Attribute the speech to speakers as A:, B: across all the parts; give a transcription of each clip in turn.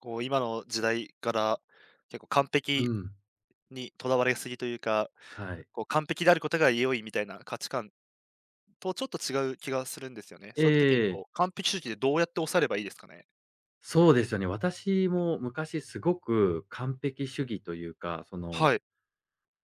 A: こう、今の時代から結構完
B: う
A: 璧
B: ん。
A: にとらわれすぎというか、
B: はい。
A: こう完璧であることが良いみたいな価値観とちょっと違う気がするんですよね。
B: え
A: その時に
B: え、
A: こう、完璧主義でどうやって抑えればいいですかね？
B: そうですよね。私も昔すごく完璧主義というか、
A: はい。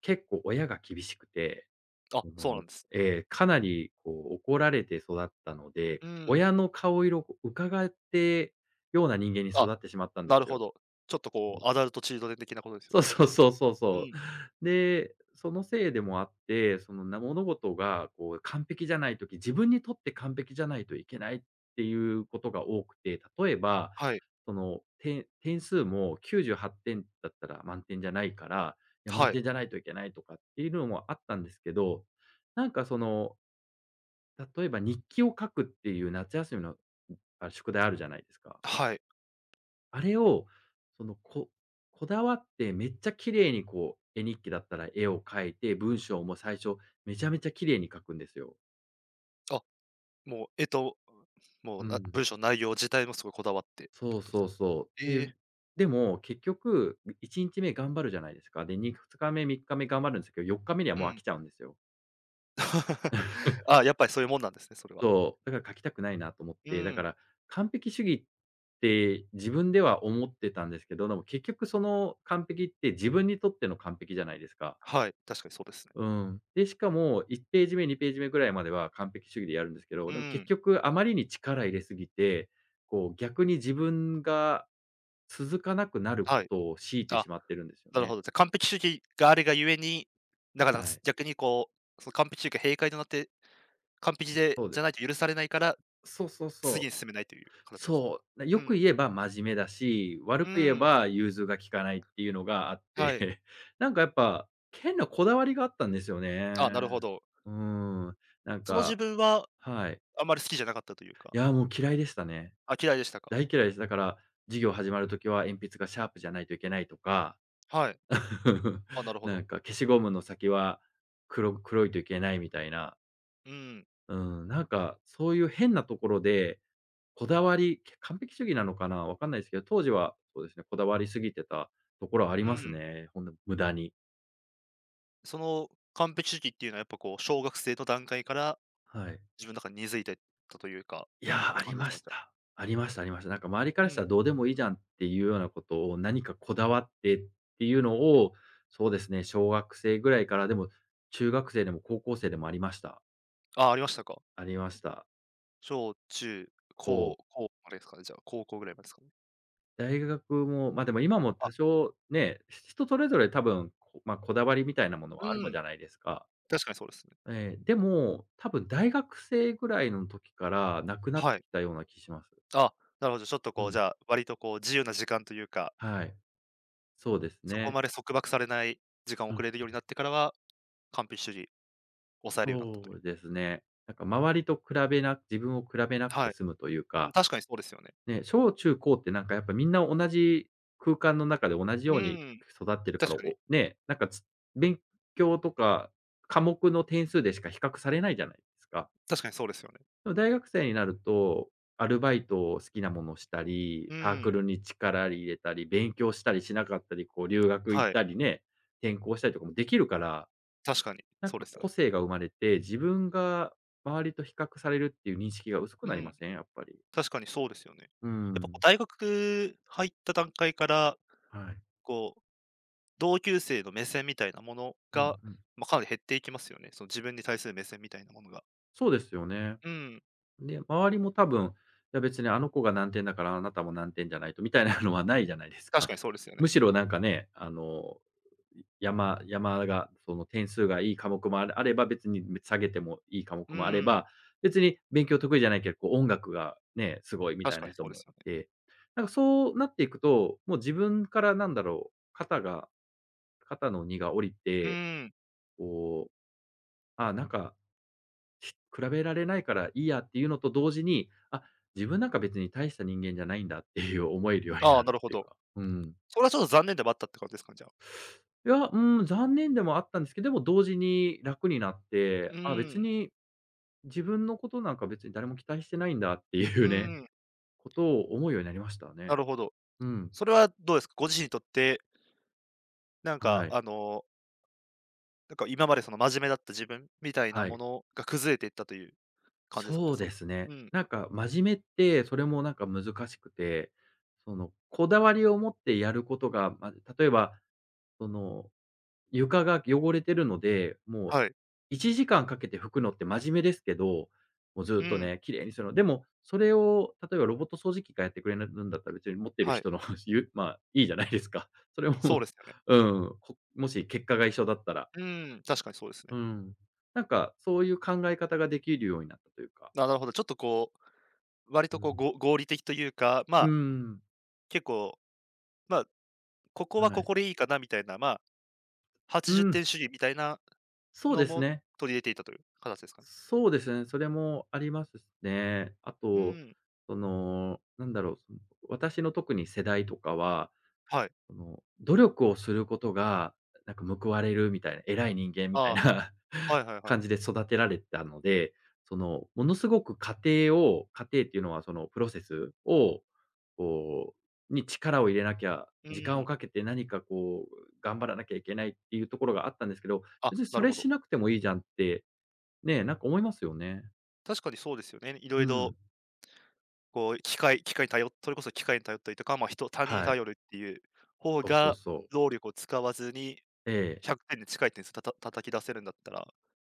B: 結構親が厳しくて、
A: あ、
B: そ
A: そうな
B: の、
A: んです。
B: かなりこう怒られて育ったので、
A: うん。
B: 親の顔色を伺ってような人間に
A: あ、
B: 育ってしまったんで
A: なる
B: す
A: ほ
B: よ。
A: ど。ちょっとこう、アダルトチルドレン的なことですよ
B: そう
A: ね。
B: そうそうそう
A: う
B: そ
A: ん。
B: う。で、そのせいでもあって、物事がこう完璧じゃないとき自分にとって完璧じゃないといけないっていうことが多くて、例えば、
A: はい。
B: 点数も98点だったら満点じゃないから、いや、
A: は
B: 満
A: い。
B: 点じゃないといけないとかっていうのもあったんですけど、なんか例えば日記を書くっていう夏休みの、あ、宿題あるじゃないですか。
A: はい。
B: あれを、その、ここだわってめっちゃ綺麗にこう、絵日記だったら絵を描いて、文章も最初めちゃめちゃ綺麗に書くんですよ。
A: あ、もう、えっと、も
B: う
A: う、な
B: ん。
A: 文章の内容自体もすごいこだわってって
B: そ
A: こ
B: う
A: とです
B: そ
A: か？
B: うそ
A: え
B: う。
A: え、
B: でも結局、1日目頑張るじゃないですか。で、2日目、3日目頑張るんですけど、4日目には
A: う
B: もう飽
A: ん。
B: きちゃうんですよ。
A: あ、やっぱりそういうもんなんですね、それは。
B: そう、だから書きたくないなと思っ
A: う
B: て、だか
A: ん。
B: ら完璧主義って自分では思ってたんですけど、でも結局その完璧って自分にとっての完璧じゃないですか。
A: はい、確かにそうですね。
B: うん。で、しかも1ページ目、2ページ目ぐらいまでは完璧主義でやるんですけ
A: う
B: ど、でも結
A: ん、
B: 局あまりに力入れすぎて、こう逆に自分が続かなくなるこ
A: はい。
B: とを強いて
A: あ、
B: しまってるんですよ
A: なるほ
B: ね。
A: ど。じゃ、完璧主義があるがゆえに、だから、
B: はい。
A: 逆にこう、その完璧主義が閉会となって、完璧で
B: そうで
A: じゃない
B: す。
A: と許されないから、
B: そうそう
A: 次
B: そう。
A: に進めないという形です。
B: そう。
A: う
B: よく
A: ん、
B: 言えば真面目だし、悪
A: う
B: く言え
A: ん、
B: ば融通が利かないっていうのがあっ
A: はい。
B: て、なんかやっぱ変なこだわりがあったんですよね。
A: あ、なるほど。
B: うん。なん
A: その自
B: か
A: 分は
B: はい。
A: あまり好きじゃなかったという
B: い
A: か、
B: や、もう嫌いでしたね。
A: あ、嫌いでしたか。
B: 大嫌いです。だから、授業始まるときは鉛筆がシャープじゃないといけないとか、
A: はい。あ、なるほ
B: な
A: ど。
B: んか消しゴムの先は黒いといけないみたいな、
A: うん、
B: うん、なんかそういう変なところで、こだわり、完璧主義なのかな、わかんないですけど、当時はそうですね、こだわりすぎてたところはあり
A: う
B: ます
A: ん。
B: ね、ほんと無駄に。
A: その完璧主義っていうのはやっぱこう、小学生の段階から
B: はい。
A: 自分の中に根付いてったというか、
B: いや、あ
A: 感
B: り
A: じです
B: ま
A: か？
B: し
A: じゃ
B: た。
A: あ。
B: ありましたありました。なんか周りか
A: う
B: らしたら
A: ん。
B: どうでもいいじゃんっていうようなことを、何かこだわってっていうのを、そうですね、小学生ぐらいから、でも中学生でも高校生でもありました。
A: あ、ありましたか。
B: ありました。
A: 小中
B: こう、
A: 高までですかね、じゃあ、高校ぐらいまでですかね。
B: 大学も、ま、あでも今も
A: あ、
B: 多少ね、人それぞれ多分、まあ、こだわりみたいなもの
A: う
B: はあるじ
A: ん、
B: ゃないですか。
A: 確かにそうですね。
B: ええ、でも、多分大学生ぐらいの時からなくなっ
A: は
B: て
A: い。
B: きたような気します。
A: あ、なるほど、ちょっと
B: う
A: こう、じ
B: ん。
A: ゃあ、割とこう自由な時間というか、
B: はい。そうです
A: そこ
B: ね。
A: まで束縛されない時間を
B: う
A: く
B: ん。
A: れるようになってからは、完璧主義抑えるようになったとい
B: そ
A: う。
B: うですね。なんか周りと比べな自分を比べなく
A: は
B: て
A: い。
B: 済むという
A: うん、
B: か、
A: 確かにそうですよね。
B: ね、小中高ってなんかやっぱみんな同じ空間の中で同じ
A: う
B: ように
A: ん、
B: 育ってるか
A: 確
B: ら、
A: かに
B: なんか勉強とか科目の点数でしか比較されないじゃないですか。
A: 確かにそうですよね。
B: でも大学生になると、アルバイトを好きなものをしたり、
A: う
B: サーク
A: ん、
B: ルに力入れたり、勉強したりしなかったり、こう留学行っ
A: はい、
B: たりね、転校したりとかもできるから
A: 確かに
B: なん
A: そうで
B: か
A: すよ
B: 個
A: ね。
B: 性が生まれて、自分が周りと比較されるっていう認識が薄く
A: う
B: なりま
A: ん、
B: せん？やっぱり。
A: 確かにそうですよね。
B: うー
A: やっぱこう
B: ん。
A: 大学入った段階から、
B: はい。
A: こう同級生の目線みたいなもの
B: うん
A: が、
B: うん。
A: まあ、かなり減っていきますよね。その自分に対する目線みたいなものが。
B: そうですよね。
A: うん、
B: で、周りも多分、いや別にあの子が難点だからあなたも難点じゃないとみたいなのはないじゃないです
A: 確
B: か。
A: かにそうですよね。
B: むしろなんかね、あの山山がその点数がいい科目もあれば、別に下げてもいい科目
A: う
B: もあれ
A: ん、
B: ば、別に勉強得意じゃないけど、こう音楽がね、すごいみた
A: 確
B: い
A: か
B: な
A: にそ
B: 人
A: うで
B: もい
A: すよね。
B: て、なんかそうなっていくと、もう自分からなんだろう、肩の荷が下り
A: う
B: て、
A: ん、
B: こう、あ、なんか、比べられないからいいやっていうのと同時に、あ、自分なんか別に大した人間じゃないんだっていう思えるように
A: あ
B: な
A: あ、な
B: る
A: る
B: っ
A: ほ
B: ていう
A: ど。
B: か。うん。
A: それはちょっと残念ではあったって感じですかね、じゃあ。
B: いや、うん、残念でもあったんですけど、でも同時に楽になって、
A: う
B: あ、別
A: ん、
B: に自分のことなんか別に誰も期待してないんだって
A: う
B: いうね、
A: ん、
B: ことを思うようになりましたね。
A: なるほど。
B: うん。
A: それはどうですか？ご自身にとって、なんか
B: はい。
A: あの、なんか今までその真面目だった自分みたいな
B: は
A: も
B: い。
A: のが崩れていったという感じですかね？
B: そうですね。
A: うん、
B: なんか真面目って、それもなんか難しくて、そのこだわりを持ってやることが、ま、例えば、その床が汚れてるので、もう
A: はい。
B: 1時間かけて拭くのって真面目ですけど、もうず
A: う
B: っと
A: ん、
B: ね、綺麗にするの。でも、それを例えばロボット掃除機がやってくれるんだったら、別に持ってる
A: はい。
B: 人の まあ、いいじゃないですか。それ
A: そうで
B: も
A: すよね。
B: うん、もし結果が一緒だったら。
A: うん、確かにそうですね。
B: うん。なんかそういう考え方ができるようになったというか。
A: あ、なるほど、ちょっとこう割
B: う
A: とこう、
B: ん。
A: ご合理的というか、ま
B: う
A: あ、
B: ん。
A: 結構、まあ、ここは
B: は
A: こ
B: い。
A: こでいいかなみたいな、まあ、
B: う
A: 80
B: ん、
A: 点主義みたいな
B: そう
A: の
B: です
A: も
B: ね。
A: 取り入れていたという形ですかね。
B: そうですね、それもありますしね。あ
A: う
B: と、
A: ん、
B: なんだろう、私の特に世代とかは、
A: はい。
B: 努力をすることが、なんか報われるみたいな、偉い人間みたいな
A: ああ、はい はいはい。
B: 感じで育てられたので、ものすごく過程を過程っていうのはそのプロセスを、こう、に力を入れなきゃ、
A: う
B: 時間を
A: ん。
B: かけて何かこう、頑張らなきゃいけないっていうところがあったんですけど、
A: あ、
B: 別に
A: な
B: そ
A: る
B: れ
A: ほど。
B: しなくてもいいじゃんって、ね、なんか思いますよね。
A: 確かにそうですよね。いろ
B: う
A: いろ
B: ん。
A: こう機械機械に頼っそれこそ機械に頼ったりとか、まあ、他人に
B: はい。
A: 頼るっていう方
B: そうそう
A: が、
B: そう。
A: 労力を使わずに
B: ええ、
A: 100点に近い点数叩き出せるんだったら、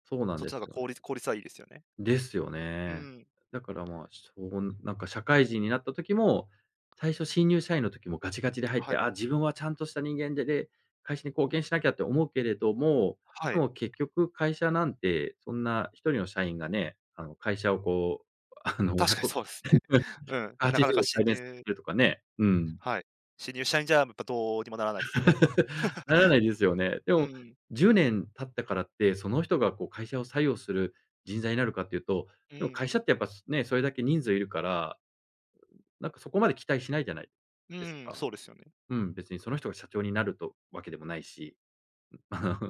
B: そうなん
A: そっ
B: で
A: ちの方
B: す
A: が
B: よね。
A: 効率はいいですよね。
B: ですよ
A: う
B: ね。
A: ん、
B: だからまあ、そうなんか社会人になった時も、最初新入社員の時もガチガチで入っ
A: は
B: て、
A: い、
B: あ、自分はちゃんとした人間で、会社に貢献しなきゃって思うけれども、
A: は
B: で
A: い。
B: も結局会社なんて、そんな一人の社員がね、あの会社をこう、あ
A: う
B: の、
A: ん、確かに
B: 100、
A: そうですね。うん、な
B: 180
A: かなか
B: 度改善させるとかね、うん。
A: はい。新入社員じゃ、やっぱどうにもならないですよね、やっぱ。
B: ならないですよね。で
A: う
B: も、
A: ん、
B: 10年経ったからって、その人がこう会社を採用する人材になるかっていうと、
A: う
B: でも
A: ん、
B: 会社ってやっぱね、それだけ人数いるから、なんかそこまで期待しないじゃない
A: う
B: です
A: ん、
B: か。
A: そうですよね。
B: うん、別にその人が社長になるとわけでもないし。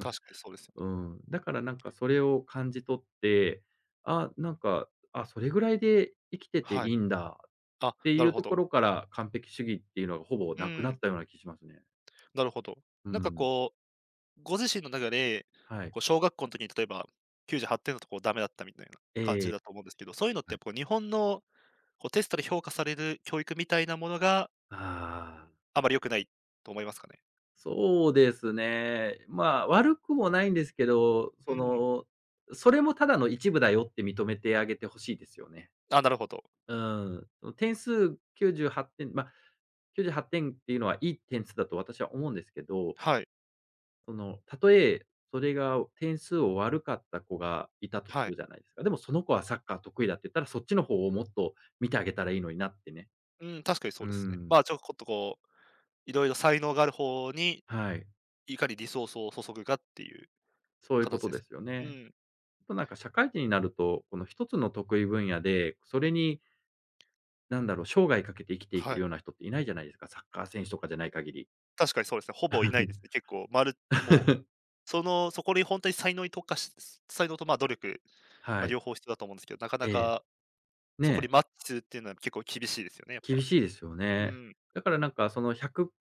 A: 確 かにそうですよね。
B: うん、だからなんかそれを感じ取って、あ、なんか、あ、それぐらいで生きてて
A: は
B: い
A: い。
B: いんだっ
A: あ、
B: て
A: な
B: い
A: る
B: う
A: ほ
B: とこ
A: ど。
B: ろから、完璧主義っていうのがほぼ
A: う
B: なくな
A: ん、
B: ったような気しますね。
A: なるほど。
B: う
A: なんか
B: ん。
A: こう、ご自身の中で、
B: はい。
A: こう小学校の時に例えば98点だとこうダメだったみたいな
B: え
A: 感
B: え。
A: じ
B: はい。
A: だと思うんですけど、そういうのってやっぱこう日本のこうテストで評価される教育みたいなものが
B: ああ、
A: あまり良くないと思いますかね？
B: そうですね。まあ、悪くもないんですけど、
A: うん。
B: それもただの一部だよって認めてあげてほしいですよね。
A: あ、なるほど。
B: うん。点数98点、まあ、98点ってっていうのはいい点数だと私は思うんですけど、
A: はい、
B: たとえそれが点数を悪かった子がいたとす
A: は
B: る
A: い。
B: じゃないですか。でもその子はサッカー得意だって言ったら、そっちの方をもっと見てあげたらいいのになってね。
A: うん、確かにそ
B: う
A: うですね。
B: ん。
A: まあ、ちょこっとこう、いろいろ才能がある方に、
B: はい。
A: いかにリソースを注ぐかっていう
B: そういうこ
A: 形
B: と
A: で
B: で
A: す。
B: すよ
A: う
B: ね。
A: ん、
B: となんか社会人になると、この一つの得意分野で、それに、なんだろう、生涯かけて生きていけ
A: は
B: るよ
A: い。
B: うな人っていないじゃないですか、サッカー選手とかじゃない限り。
A: 確かにそうですね。ほぼいないですね。結 構、まるもう、その、そこに本当に才能に特化し才能と、まあ、努力、ま
B: は
A: あ、
B: い。
A: 両方必要だと思うんですけど、なかな
B: ええ。
A: か
B: ね
A: そこに
B: え、
A: マッチするっていうのは結構厳しいですよね、やっ
B: 厳
A: ぱ。
B: しいですよ
A: う
B: ね。
A: ん。
B: だからなんかその1、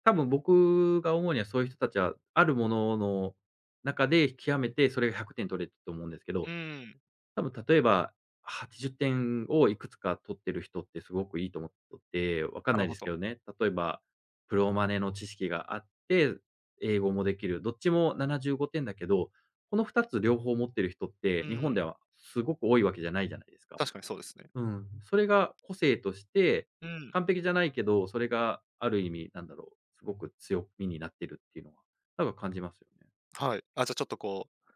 B: 多分僕が思うにはそういう人たちは、あるものの中で極めてそれが100点取れてると思うんですけ
A: う
B: ど、
A: ん、
B: 多分例えば、80点をいくつか取ってる人ってすごくいいと思ってって、わかん
A: な
B: な
A: る
B: い
A: ほ
B: ですけ
A: ど。
B: どね。例えば、プロマネの知識があって、英語もできる。どっちも75点だけど、この2つ両方持ってる人って、
A: う
B: 日本
A: ん、
B: ではすごく多いわけじゃないじゃないですか。
A: 確かにそうですね。
B: うん。それが個性として、
A: うん、
B: 完璧じゃないけど、それがある意味、なんだろう、すごく強みになってるっていうのは、なんか感じますよね。
A: はい。あ、じゃあちょっとこう、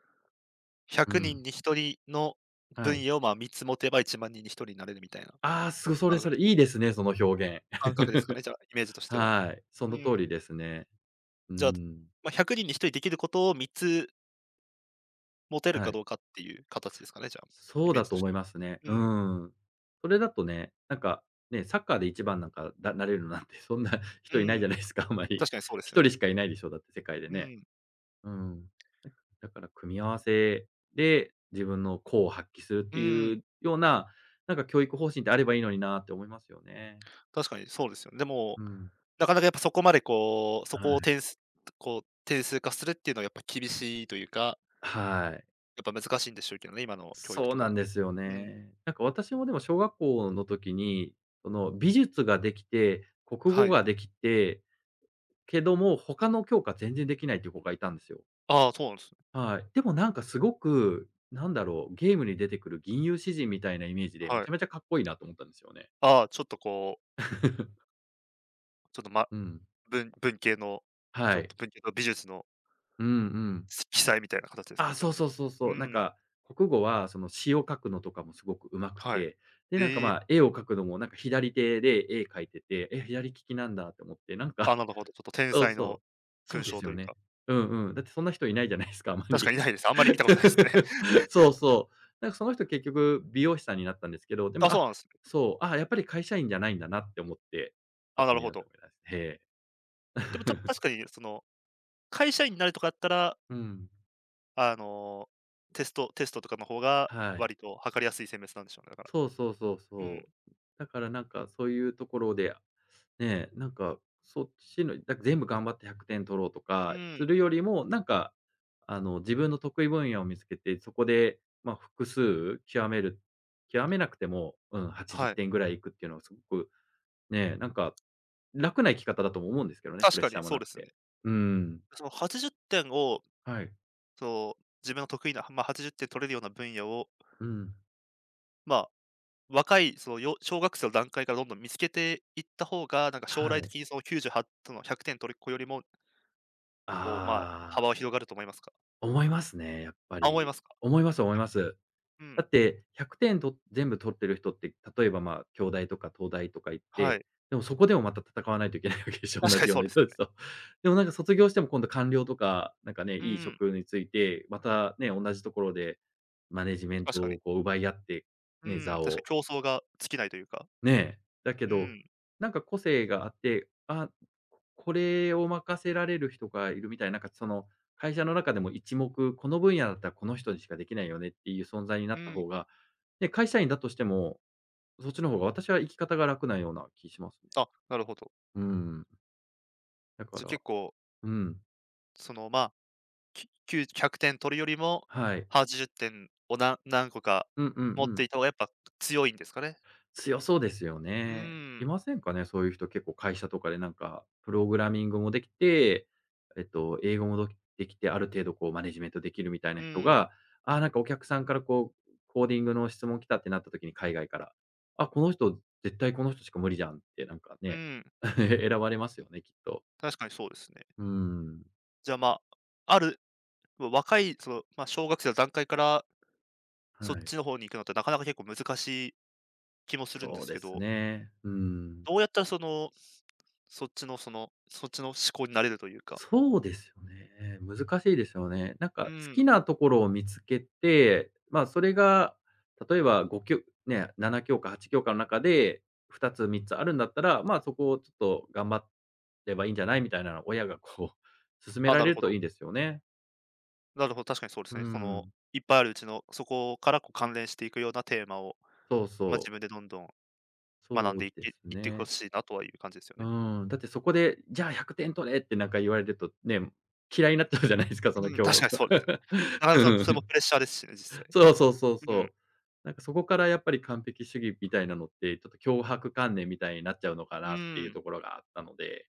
B: う
A: 100
B: ん。
A: 人に1人の
B: は
A: 分
B: い。
A: 野を、まあ、3つ持てば1万人に1人になれるみたいな
B: ああ、そ
A: 感
B: れ
A: 覚
B: そ
A: で
B: れ、い
A: す
B: いですね、その表現。
A: 感覚ですかね、じゃあ、イメージとしては。
B: はい、そ
A: う
B: の通
A: ん。
B: りですね。う
A: じゃあ、
B: ん。
A: まあ、100人に1人できることを3つ持てる
B: は
A: か
B: い。
A: どうかっていう形ですかね、じゃあ、イ
B: そう
A: メー
B: だ
A: ジと
B: と
A: し
B: 思い
A: て
B: ますね。
A: は。う
B: う
A: ん、
B: ん。それだとね、なんか、ね、サッカーで一番なんか、なれるなんてそんな
A: う
B: 人いないじ
A: ん、
B: ゃないですか、あんまり。
A: 確かにそうですよ
B: 一
A: ね。
B: 人しかいないでしょ、だって世界で
A: う
B: ね。
A: ん、
B: うん。だだから組み合わせで、自分の功を発揮するっ
A: う
B: てい
A: ん、
B: うような、なんか教育方針ってあればいいのになって思いますよね。
A: 確かにそうですよね。でも、
B: うん。
A: なかなかやっぱそこまでこう、そ
B: は
A: こを
B: い。
A: 点数化するっていうのはやっぱ厳しいというか、
B: はい。
A: やっぱ難しいんでしょうけどね、今の教育
B: そ
A: と
B: う
A: か
B: な
A: だ
B: ん
A: と。
B: ですよ
A: うん、
B: ね。なんか私もでも小学校の時に、その美術ができて、国
A: は
B: 語
A: い。
B: ができて、けども、他の教科全然できないっていう子がいたんですよ。
A: ああ、そうなんですね。
B: はい。でもなんかすごく、なんだろう、ゲームに出てくる銀融詩人みたいなイメージで、め
A: はい。
B: ちゃめちゃかっこいいなと思ったんですよね。
A: ああ、ちょっとこう、ちょっと、ま、
B: うん。
A: 文系の、ちょ
B: は
A: っ
B: い。
A: と文系と美術の
B: うんうん。
A: 奇才みたいな形ですか
B: あ、
A: ね、じゃ
B: そ
A: あ。
B: うそうそう
A: う
B: そう。なん
A: ん、
B: か、国語はその詩を書くのとかもすごく上手く
A: はい。
B: て、で、なんか、
A: ええ、
B: まあ、絵を描くのもなんか左手で絵描いてて、え、左利きなんだって思って、なんか
A: あ、なるほど、ちょっと天
B: そう
A: 才
B: そ
A: の
B: う。そ
A: 勲
B: うで
A: 章
B: す
A: と
B: よ
A: いうか、
B: ね。うんうん。だってそんな人いないじゃないですか、あま
A: 確か
B: り。
A: にないです。あんまり見たことないですね。
B: そうそう。なんかその人結局美容師さんになったんですけど、で
A: あ、
B: も、
A: そう
B: あ、
A: なんですね。
B: そう、あ、やっぱり会社員じゃないんだなって思って、
A: あ、な
B: 後
A: る
B: に
A: ほ
B: なって
A: ど。
B: 思います。へえ。
A: でも 確かにその、会社員になるとかだったら、
B: うん。
A: あのテストとかの方が
B: はい。
A: 割と測りやすい選別なんでしょうね、だから。
B: そうそうそう
A: うん、
B: そう。だからなんかそういうところで、ね、なんかそっちの、全部頑張って100点取ろうと
A: う
B: かす
A: ん、
B: るよりも、なんか、あの、自分の得意分野を見つけて、そこで、まあ、複数極める極めなくても、うん、80
A: はい。
B: 点ぐらいいくっていうのはすごく、ね、なんか楽な生き方だとも思うんですけどね、プ
A: 確
B: レッ
A: か
B: シャ
A: に
B: ーも
A: そう
B: な
A: で
B: く
A: す
B: て。
A: ね。
B: うん。
A: その80点を、
B: はい。
A: そう、自分の得意な、まあ、80点取れるような分野を、
B: うん。
A: ま若い、その、小学生の段階からどんどん見つけていった方が、なんか将
B: は
A: 来
B: い。
A: 的にその98との100点取る子よりも、こう、まあ、
B: あ
A: 幅は
B: あ、
A: 広がると思いますか？
B: 思いますね、やっぱ
A: あ、思い
B: り。
A: ますか？
B: 思います思います。
A: うん、
B: だって、100点と全部取ってる人って、例えば、まあ、京大とか東大とか行っ
A: は
B: て、
A: い。
B: でもそこでもまた戦わないといけないわけでしょ、
A: 確
B: 同
A: かに
B: じよう
A: そう
B: な
A: ですよ
B: 人たち
A: ね。
B: と。でもなんか卒業しても今度官僚とか、なんかね、
A: う
B: いい
A: ん
B: 職に就いて、またね、同じところでマネジメン
A: 確
B: ト
A: かに。
B: をこう奪い合って、
A: う
B: ね、
A: ん、
B: 座
A: 確
B: を、
A: かに競争が尽きないというか。
B: ねえ、だけ
A: う
B: ど、
A: ん、
B: なんか個性があって、あ、これを任せられる人がいるみたいな、なんかその会社の中でも一目、この分野だったらこの人にしかできないよねっていう存在にな
A: う
B: った
A: ん。
B: 方が、ね、会社員だとしても、そっちの方が私は生き方が楽なような気しますね。
A: あ、なるほど。
B: うん。だか
A: じゃ、
B: ら、
A: 結構、
B: うん、
A: その、まあ、ききゅう100点取るよりも、
B: はい。
A: 80点を何個か
B: うんうん
A: 持っ
B: うん。
A: ていた方がやっぱ強いんですかね。
B: 強そうですよ
A: う
B: ね。い
A: ん、
B: ませんかね、そういう人結構会社とかでなんか、プログラミングもできて、えっと、英語もどきできて、ある程度こうマネジメントできるみたい
A: う
B: な人
A: ん、
B: が、ああ、なんかお客さんからこう、コーディングの質問来たってなった時に海外から、あ、この人、絶対この人しか無理じゃんってなんか
A: う
B: ね、
A: ん、
B: 選ばれますよね、きっと。
A: 確かにそうですね。
B: うん。
A: じゃあ、まあ、あるま若い、その、まあ、小学生の段階からそ
B: は
A: っ
B: い。
A: ちの方に行くのってなかなか結構難しい気もするんで
B: そう
A: す
B: で
A: け
B: す
A: ど、
B: ね。うん。
A: どうやったらその、そっちの思考になれるというか、
B: そうですよね。難しいですよね。なんか
A: う
B: 好
A: ん、
B: きなところを見つけて、まあ、それが例えば5ね、7教科、8教科の中で2つ、3つあるんだったら、まあ、そこをちょっと頑張ればいいんじゃないみたいなのを親がこう勧め
A: あ、
B: ら
A: な
B: れ
A: る
B: る
A: ほ
B: と
A: ど。
B: いいですよね。
A: なるほど、確かにそうで
B: う
A: すね。この、
B: ん。
A: いっぱいあるうちのそこからこう関連していくようなテーマを、
B: そう
A: まあ、自
B: そう。
A: 分でどんどん学ん
B: そ
A: で
B: う
A: い
B: で
A: け
B: す
A: いってほ
B: ね。
A: しいなとはいう感じですよ
B: う
A: ね。
B: ん。だってそこで、じゃあ100点取れってなんか言われるとね、嫌いになっちゃうじゃないですか、その
A: うん、確か
B: 教
A: にそう ですよね。な
B: う
A: かなかそれも
B: ん、
A: プレッシャーですしね、実際。
B: そうそうそう
A: うん、
B: そう。なんかそこからやっぱり完璧主義みたいなのって、ちょっと強迫観念みたいになっちゃうのか
A: う
B: なっていう
A: ん。
B: ところがあったので、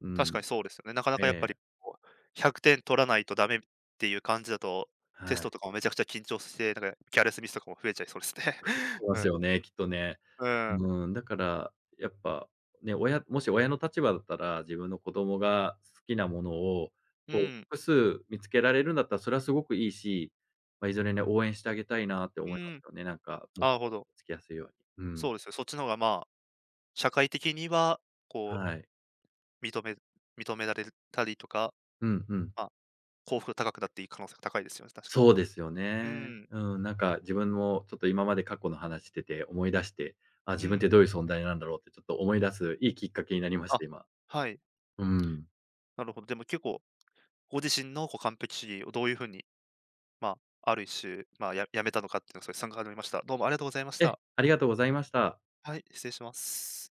B: う
A: 確
B: ん。
A: かにそうですよね。なかなかやっぱ
B: ええ、
A: りこう、100点取らないとダメっていう感じだと、テス
B: は
A: ト
B: い。
A: とかもめちゃくちゃ緊張して、なんかキャレスミスとかも増えちゃいそうですね。
B: そうですよ ね、きっとね。
A: うん、うん、
B: うん、だからやっぱね、親もし親の立場だったら、自分の子供が好きなものを、
A: う
B: こう
A: ん、
B: 複数見つけられるんだったら、それはすごくいいし、まあ、いずれね、応援してあげたいなって
A: う
B: 思います
A: ん。
B: よね、なんかもっ
A: ああ、なるほ
B: と
A: ど。
B: つきやすいように。うん。
A: そうですよ。そっちの方がまあ、社会的にはこう、
B: はい。
A: 認め認められたりとか、
B: うんうん。
A: まあ、幸福が高くなっていい可能性が高いですよね、確かに。
B: そうですよ
A: う
B: ね。
A: ん、
B: うん、なんか自分もちょっと今まで過去の話してて思い出して、あ、
A: う
B: 自分っ
A: ん。
B: てどういう存在なんだろうってちょっと思い出すいいきっかけになりまし
A: あ、
B: た、今。
A: はい、
B: うん。
A: なるほど。でも結構、ご自身のこう完璧主義をどういうふうにまあ、ある一周、まあ、やめたのかっていうのをすごい参考になりました。どうもありがとうございまし
B: え、
A: た。
B: ありがとうございました。
A: はい、失礼します。